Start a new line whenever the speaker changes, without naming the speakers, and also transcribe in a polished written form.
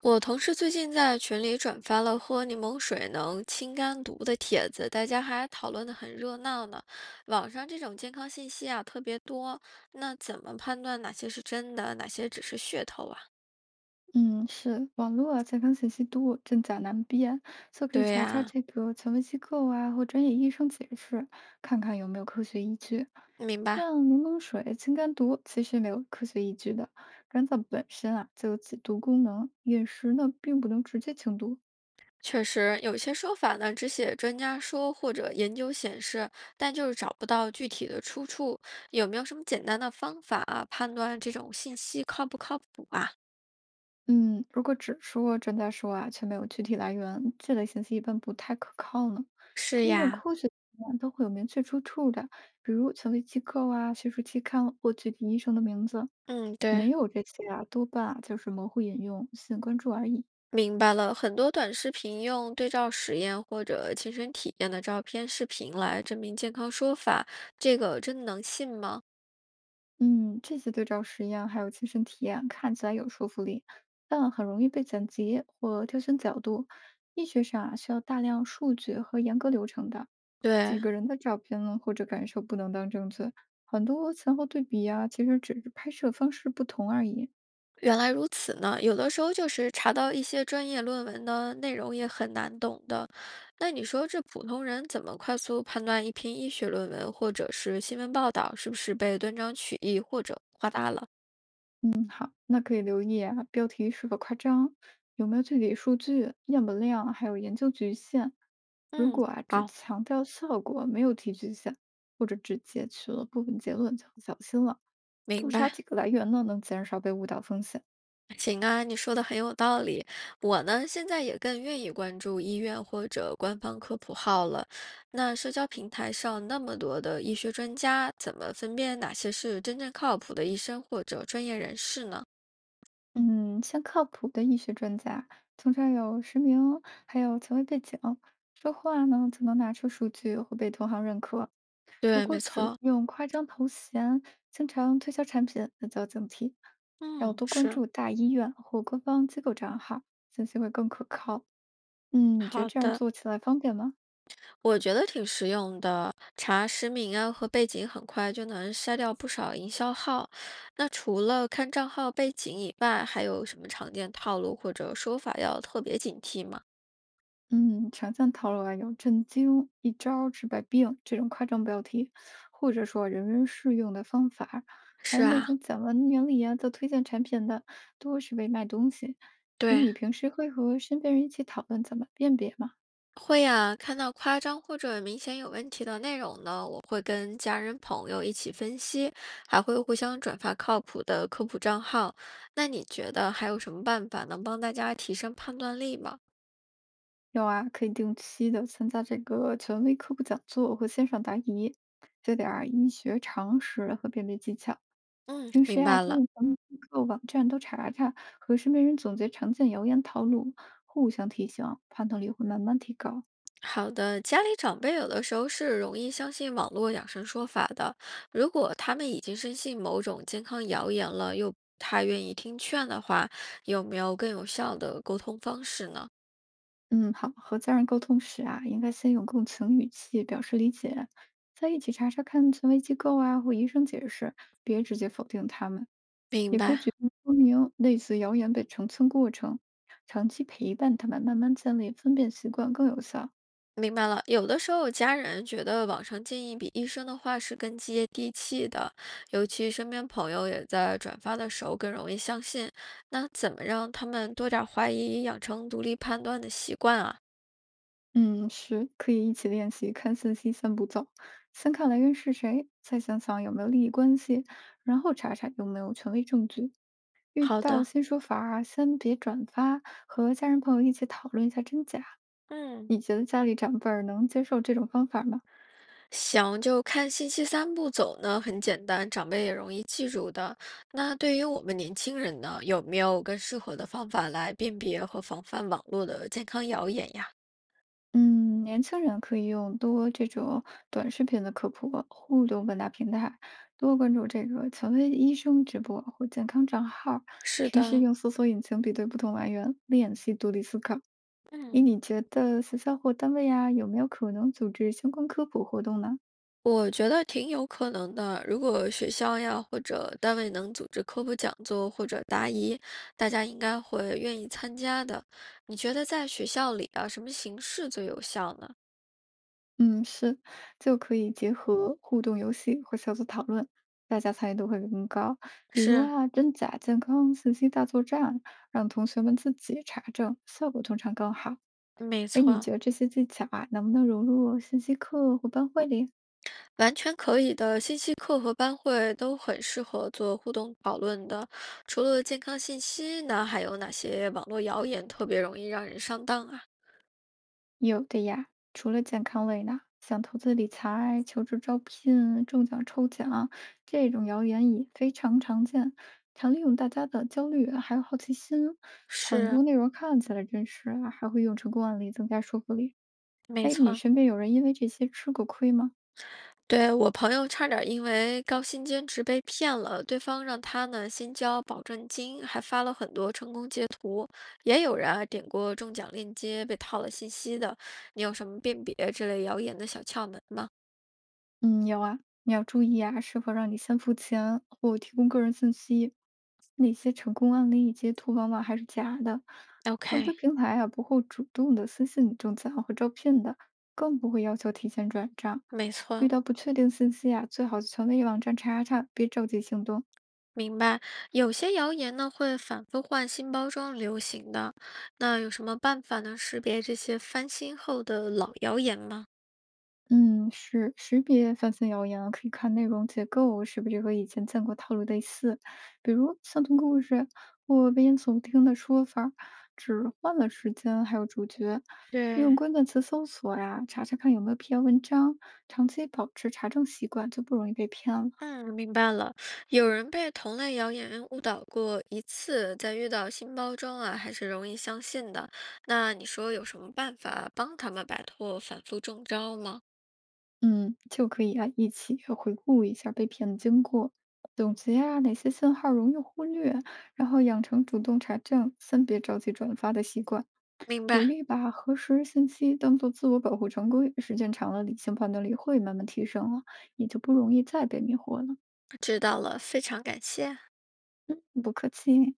我同事最近在群里转发了喝柠檬水能清肝毒的帖子，大家还讨论得很热闹呢。网上这种健康信息啊特别多，那怎么判断哪些是真的，哪些只是噱头啊？
嗯，是网络啊，健康信息多，真假难辨，就可以
对
查查
呀，
这个权威机构啊，或专业医生解释，看看有没有科学依据。
明白。
像柠檬水、清肝毒，其实没有科学依据的。肝脏本身啊，就有解毒功能，饮食呢并不能直接清毒。
确实，有些说法呢只写专家说或者研究显示，但就是找不到具体的出处。有没有什么简单的方法啊判断这种信息靠不靠谱啊？
嗯，如果只说专家说啊，却没有具体来源，这类信息一般不太可靠呢。
是
真正
呀，
科学的都会有明确出处的，比如权威机构啊、学术期刊或具体医生的名字。
嗯，
没
对。
有这些啊，多半啊就是模糊引用、吸引关注而已。
明白了，很多短视频用对照实验或者亲身体验的照片、视频来证明健康说法，这个真的能信吗？
嗯，这些对照实验还有亲身体验看起来有说服力，但很容易被剪辑或挑选角度。医学上啊，需要大量数据和严格流程的，几
对，
个人的照片呢或者感受不能当证据，很多前后对比呀，其实只是拍摄方式不同而已。
原来如此呢，有的时候就是查到一些专业论文的内容也很难懂的。那你说这普通人怎么快速判断一篇医学论文或者是新闻报道是不是被断章取义或者夸大了？
好，那可以留意啊，标题是否夸张，有没有具体数据、样本量，还有研究局限。如
嗯，
果啊只
好，
强调效果，没有提局限，或者只截取了部分结论，就要小心了。
明
多查
白。
几个来源呢，能减少被误导风险。
行啊，你说的很有道理。我呢，现在也更愿意关注医院或者官方科普号了。那社交平台上那么多的医学专家，怎么分辨哪些是真正靠谱的医生或者专业人士呢？
嗯，像靠谱的医学专家，通常有实名，还有权威背景，说话呢就能拿出数据，会被同行认可。如
对，
果
没
只
错，
用夸张头衔，经常推销产品，那就要警惕。要
嗯，
多关
是
注大医院或官方机构账号，信息会更可靠。嗯，你觉得
好
这样
的，
做起来方便吗？
我觉得挺实用的，查实名啊和背景很快就能筛掉不少营销号。那除了看账号背景以外，还有什么常见套路或者说法要特别警惕吗？
嗯，常见套路啊，有震惊、一招治百病这种夸张标题，或者说人人适用的方法儿，还
是
有那
啊，
种讲完原理啊，做推荐产品的，多是为卖东西。哎，
对，
你平时会和身边人一起讨论怎么辨别吗？
会呀，看到夸张或者明显有问题的内容呢，我会跟家人朋友一起分析，还会互相转发靠谱的科普账号。那你觉得还有什么办法能帮大家提升判断力吗？
有啊，可以定期的参加这个权威科普讲座或线上答疑，学点儿医学常识和辨别技巧。
嗯，
平时
明
呀、
白
多
了。
用咱们各网站都查查，和身边人总结常见谣言套路，互相提醒，判断力会慢慢提高。
好的，家里长辈有的时候是容易相信网络养生说法的，如果他们已经深信某种健康谣言了，又不太愿意听劝的话，有没有更有效的沟通方式呢？
嗯，好，和家人沟通时啊，应该先用共情语气表示理解，再一起查查看权威机构啊或医生解释，别直接否定他们。
明
也可以
白。
举例说明类似谣言被澄清过程，长期陪伴他们，慢慢建立分辨习惯更有效。
明白了，有的时候家人觉得网上建议比医生的话是更接地气的，尤其身边朋友也在转发的时候更容易相信。那怎么让他们多点儿怀疑，养成独立判断的习惯啊？
嗯，是，可以一起练习看信息三步走，先看来源是谁，再想想有没有利益关系，然后查查有没有权威证据。遇
好
到
的，
新说法儿啊先别转发，和家人朋友一起讨论一下真假。
嗯，
你觉得家里长辈儿能接受这种方法吗？
想就看信息三步走呢，很简单，长辈也容易记住的。那对于我们年轻人呢，有没有更适合的方法来辨别和防范网络的健康谣言呀？
嗯，年轻人可以用多这种短视频的科普、互动问答平台，多关注这个权威医生直播或健康账号，
是
平时
的，
用搜索引擎比对不同来源，练习独立思考。诶，
嗯。
你觉得学校或单位呀，有没有可能组织相关科普活动呢？
我觉得挺有可能的。如果学校呀或者单位能组织科普讲座或者答疑，大家应该会愿意参加的。你觉得在学校里啊，什么形式最有效呢？
嗯，是，就可以结合互动游戏或小组讨论，大家参与度会更高。比如
是，
啊，真假健康信息大作战，让同学们自己查证，效果通常更好。
没
诶，你
错，
觉得这些技巧啊，能不能融入信息课或班会里？
完全可以的，信息课和班会都很适合做互动讨论的。除了健康信息那还有哪些网络谣言特别容易让人上当啊？
有的呀，除了健康类呢，像投资理财、求职招聘、中奖抽奖这种谣言也非常常见，常利用大家的焦虑还有好奇心。很
是
多内容看起来真实啊还会用成功案例增加说服力。
没
哎，你
错。
身边有人因为这些吃过亏吗？
对，我朋友差点儿因为高薪兼职被骗了，对方让他呢先交保证金，还发了很多成功截图。也有人啊点过中奖链接被套了信息的。你有什么辨别这类谣言的小窍门吗
嗯，有啊，你要注意啊，是否让你先付钱或提供个人信息。那些成功案例截图往往还是假的，正规
？OK，
平台啊不会主动的私信你中奖或招聘的，更不会要求提前转账。
没
遇
错，
到不确定信息啊，最好去权威网站查查，别着急行动。
明白。有些谣言呢会反复换新包装流行的，那有什么办法能识别这些翻新后的老谣言吗？
嗯，是识别发现谣言啊可以看内容结构是不是和以前见过套路类似，比如相同故事或危言耸听的说法儿只换了时间还有主角。用
对，
关键词搜索呀，查查看有没有篇文章，长期保持查证习惯就不容易被骗了。
嗯，明白了。有人被同类谣言误导过一次，在遇到新包装啊，还是容易相信的。那你说有什么办法帮他们摆脱反复中招吗？
嗯，就可以啊，一起回顾一下被骗的经过，总结啊哪些信号容易忽略，然后养成主动查证、先别着急转发的习惯。
明
鼓
白，
励把核实信息当做自我保护常规，时间长了，理性判断力会慢慢提升了，也就不容易再被迷惑了。
知道了，非常感谢。
不客气。